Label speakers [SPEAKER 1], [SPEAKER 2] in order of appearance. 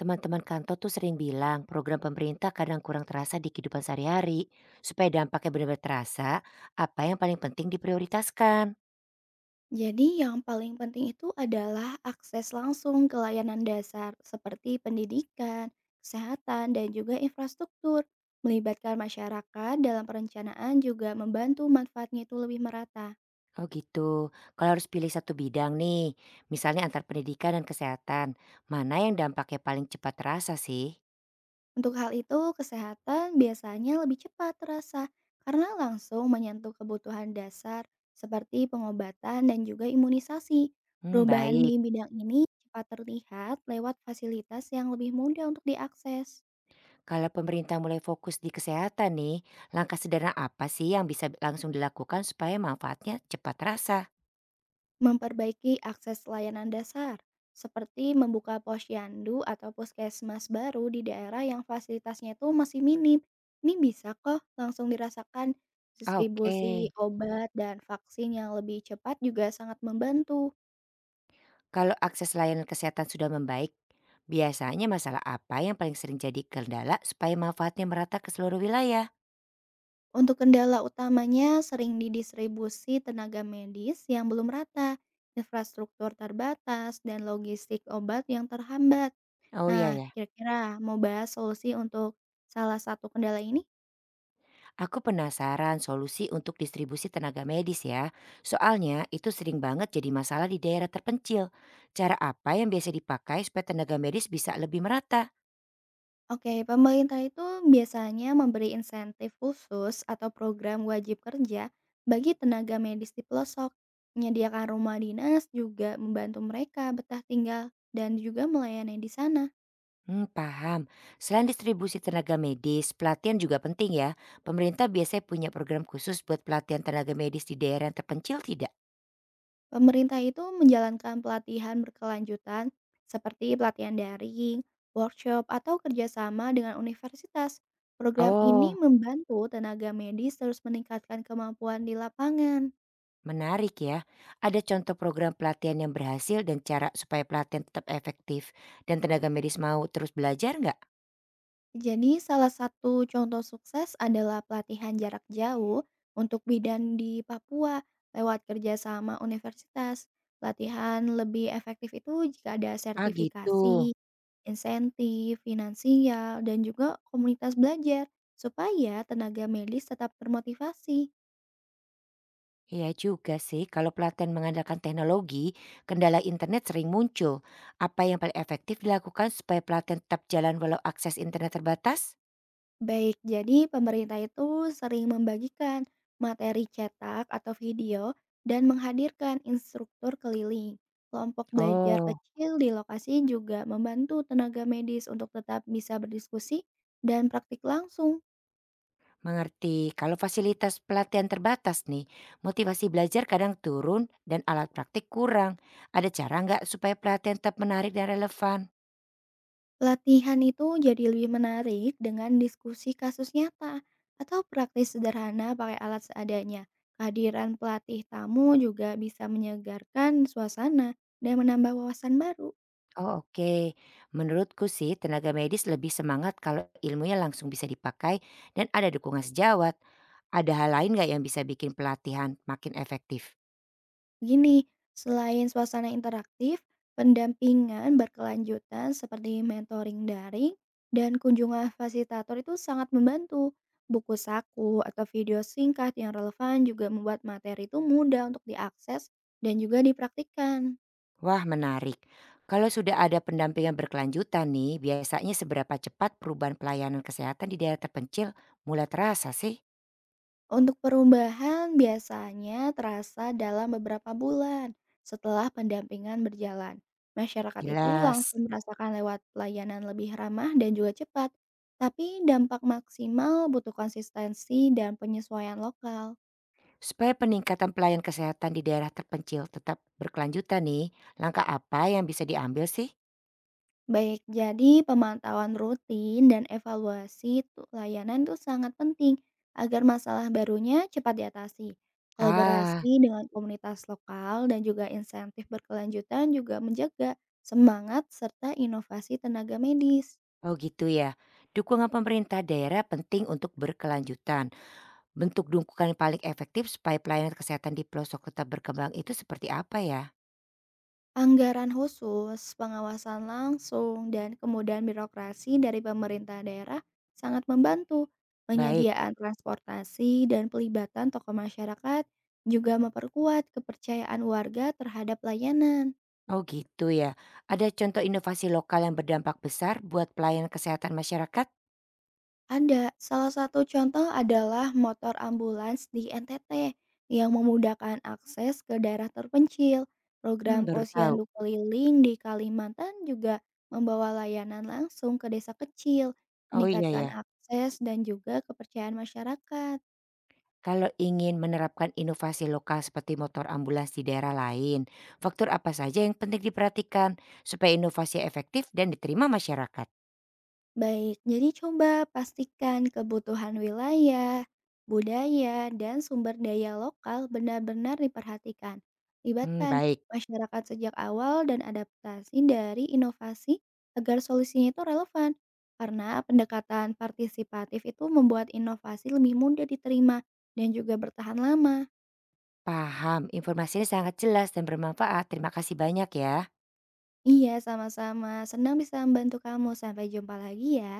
[SPEAKER 1] Teman-teman kantor tuh sering bilang program pemerintah kadang kurang terasa di kehidupan sehari-hari. Supaya dampaknya benar-benar terasa, apa yang paling penting diprioritaskan?
[SPEAKER 2] Jadi yang paling penting itu adalah akses langsung ke layanan dasar seperti pendidikan, kesehatan, dan juga infrastruktur. Melibatkan masyarakat dalam perencanaan juga membantu manfaatnya itu lebih merata.
[SPEAKER 1] Oh gitu, kalau harus pilih satu bidang nih, misalnya antar pendidikan dan kesehatan, mana yang dampaknya paling cepat terasa sih?
[SPEAKER 2] Untuk hal itu, kesehatan biasanya lebih cepat terasa karena langsung menyentuh kebutuhan dasar seperti pengobatan dan juga imunisasi.
[SPEAKER 1] Hmm,
[SPEAKER 2] Perubahan di
[SPEAKER 1] baik.
[SPEAKER 2] bidang ini cepat terlihat lewat fasilitas yang lebih mudah untuk diakses.
[SPEAKER 1] Kalau pemerintah mulai fokus di kesehatan nih, langkah sederhana apa sih yang bisa langsung dilakukan supaya manfaatnya cepat terasa?
[SPEAKER 2] Memperbaiki akses layanan dasar, seperti membuka posyandu atau puskesmas baru di daerah yang fasilitasnya itu masih minim. Ini bisa kok langsung dirasakan.
[SPEAKER 1] Ah,
[SPEAKER 2] Distribusi
[SPEAKER 1] oke.
[SPEAKER 2] obat dan vaksin yang lebih cepat juga sangat membantu.
[SPEAKER 1] Kalau akses layanan kesehatan sudah membaik, biasanya masalah apa yang paling sering jadi kendala supaya manfaatnya merata ke seluruh wilayah?
[SPEAKER 2] Untuk kendala utamanya sering didistribusi tenaga medis yang belum rata, infrastruktur terbatas, dan logistik obat yang terhambat.
[SPEAKER 1] Oh iya
[SPEAKER 2] Nah,
[SPEAKER 1] ya,
[SPEAKER 2] kira-kira mau bahas solusi untuk salah satu kendala ini?
[SPEAKER 1] aku penasaran solusi untuk distribusi tenaga medis ya. Soalnya itu sering banget jadi masalah di daerah terpencil. Cara apa yang biasa dipakai supaya tenaga medis bisa lebih merata?
[SPEAKER 2] Oke, pemerintah itu biasanya memberi insentif khusus atau program wajib kerja bagi tenaga medis di pelosok. Menyediakan rumah dinas juga membantu mereka betah tinggal dan juga melayani di sana.
[SPEAKER 1] Hmm, paham. Selain distribusi tenaga medis, pelatihan juga penting ya. Pemerintah biasanya punya program khusus buat pelatihan tenaga medis di daerah yang terpencil tidak?
[SPEAKER 2] Pemerintah itu menjalankan pelatihan berkelanjutan seperti pelatihan daring, workshop, atau kerjasama dengan universitas. Program ini
[SPEAKER 1] Oh,
[SPEAKER 2] membantu tenaga medis terus meningkatkan kemampuan di lapangan.
[SPEAKER 1] menarik ya. Ada contoh program pelatihan yang berhasil dan cara supaya pelatihan tetap efektif dan tenaga medis mau terus belajar nggak?
[SPEAKER 2] Jadi salah satu contoh sukses adalah pelatihan jarak jauh untuk bidan di Papua lewat kerjasama universitas. Latihan lebih efektif itu jika ada
[SPEAKER 1] Ah gitu.
[SPEAKER 2] sertifikasi, insentif, finansial, dan juga komunitas belajar supaya tenaga medis tetap termotivasi.
[SPEAKER 1] Iya juga sih, kalau pelatihan mengandalkan teknologi, kendala internet sering muncul. Apa yang paling efektif dilakukan supaya pelatihan tetap jalan walau akses internet terbatas?
[SPEAKER 2] Baik, jadi pemerintah itu sering membagikan materi cetak atau video dan menghadirkan instruktur keliling. Kelompok belajar
[SPEAKER 1] Oh,
[SPEAKER 2] kecil di lokasi juga membantu tenaga medis untuk tetap bisa berdiskusi dan praktik langsung.
[SPEAKER 1] mengerti. Kalau fasilitas pelatihan terbatas nih, motivasi belajar kadang turun dan alat praktik kurang. Ada cara nggak supaya pelatihan tetap menarik dan relevan?
[SPEAKER 2] Latihan itu jadi lebih menarik dengan diskusi kasus nyata atau praktis sederhana pakai alat seadanya. Kehadiran pelatih tamu juga bisa menyegarkan suasana dan menambah wawasan baru.
[SPEAKER 1] Oh, oke. Menurutku sih tenaga medis lebih semangat kalau ilmunya langsung bisa dipakai dan ada dukungan sejawat. Ada hal lain nggak yang bisa bikin pelatihan makin efektif?
[SPEAKER 2] Gini, selain suasana interaktif, pendampingan berkelanjutan seperti mentoring daring dan kunjungan fasilitator itu sangat membantu. Buku saku atau video singkat yang relevan juga membuat materi itu mudah untuk diakses dan juga dipraktikkan.
[SPEAKER 1] Wah, menarik. Kalau sudah ada pendampingan berkelanjutan nih, biasanya seberapa cepat perubahan pelayanan kesehatan di daerah terpencil mulai terasa sih?
[SPEAKER 2] Untuk perubahan biasanya terasa dalam beberapa bulan setelah pendampingan berjalan. Masyarakat itu
[SPEAKER 1] Jelas.
[SPEAKER 2] langsung merasakan lewat pelayanan lebih ramah dan juga cepat. Tapi dampak maksimal butuh konsistensi dan penyesuaian lokal.
[SPEAKER 1] Supaya peningkatan pelayanan kesehatan di daerah terpencil tetap berkelanjutan nih, langkah apa yang bisa diambil sih?
[SPEAKER 2] Baik, jadi pemantauan rutin dan evaluasi layanan itu sangat penting agar masalah barunya cepat diatasi.
[SPEAKER 1] Ah,
[SPEAKER 2] Kolaborasi dengan komunitas lokal dan juga insentif berkelanjutan juga menjaga semangat serta inovasi tenaga medis.
[SPEAKER 1] oh gitu ya. Dukungan pemerintah daerah penting untuk berkelanjutan. Bentuk dukungan paling efektif supaya pelayanan kesehatan di pelosok tetap berkembang itu seperti apa ya?
[SPEAKER 2] Anggaran khusus, pengawasan langsung, dan kemudahan birokrasi dari pemerintah daerah sangat membantu.
[SPEAKER 1] Baik.
[SPEAKER 2] Penyediaan transportasi dan pelibatan tokoh masyarakat juga memperkuat kepercayaan warga terhadap layanan.
[SPEAKER 1] Oh gitu ya. Ada contoh inovasi lokal yang berdampak besar buat pelayanan kesehatan masyarakat?
[SPEAKER 2] Ada, salah satu contoh adalah motor ambulans di NTT yang memudahkan akses ke daerah terpencil.
[SPEAKER 1] Hmm,
[SPEAKER 2] Program
[SPEAKER 1] baru tahu.
[SPEAKER 2] posyandu keliling di Kalimantan juga membawa layanan langsung ke desa kecil,
[SPEAKER 1] Oh iya
[SPEAKER 2] meningkatkan
[SPEAKER 1] ya.
[SPEAKER 2] akses dan juga kepercayaan masyarakat.
[SPEAKER 1] Kalau ingin menerapkan inovasi lokal seperti motor ambulans di daerah lain, faktor apa saja yang penting diperhatikan supaya inovasi efektif dan diterima masyarakat?
[SPEAKER 2] Baik, jadi coba pastikan kebutuhan wilayah, budaya, dan sumber daya lokal benar-benar diperhatikan.
[SPEAKER 1] Hmm,
[SPEAKER 2] Libatkan
[SPEAKER 1] baik.
[SPEAKER 2] masyarakat sejak awal dan adaptasi dari inovasi agar solusinya itu relevan. Karena pendekatan partisipatif itu membuat inovasi lebih mudah diterima dan juga bertahan lama.
[SPEAKER 1] Paham, informasinya sangat jelas dan bermanfaat. Terima kasih banyak ya.
[SPEAKER 2] Iya, sama-sama. Senang bisa membantu kamu. Sampai jumpa lagi ya.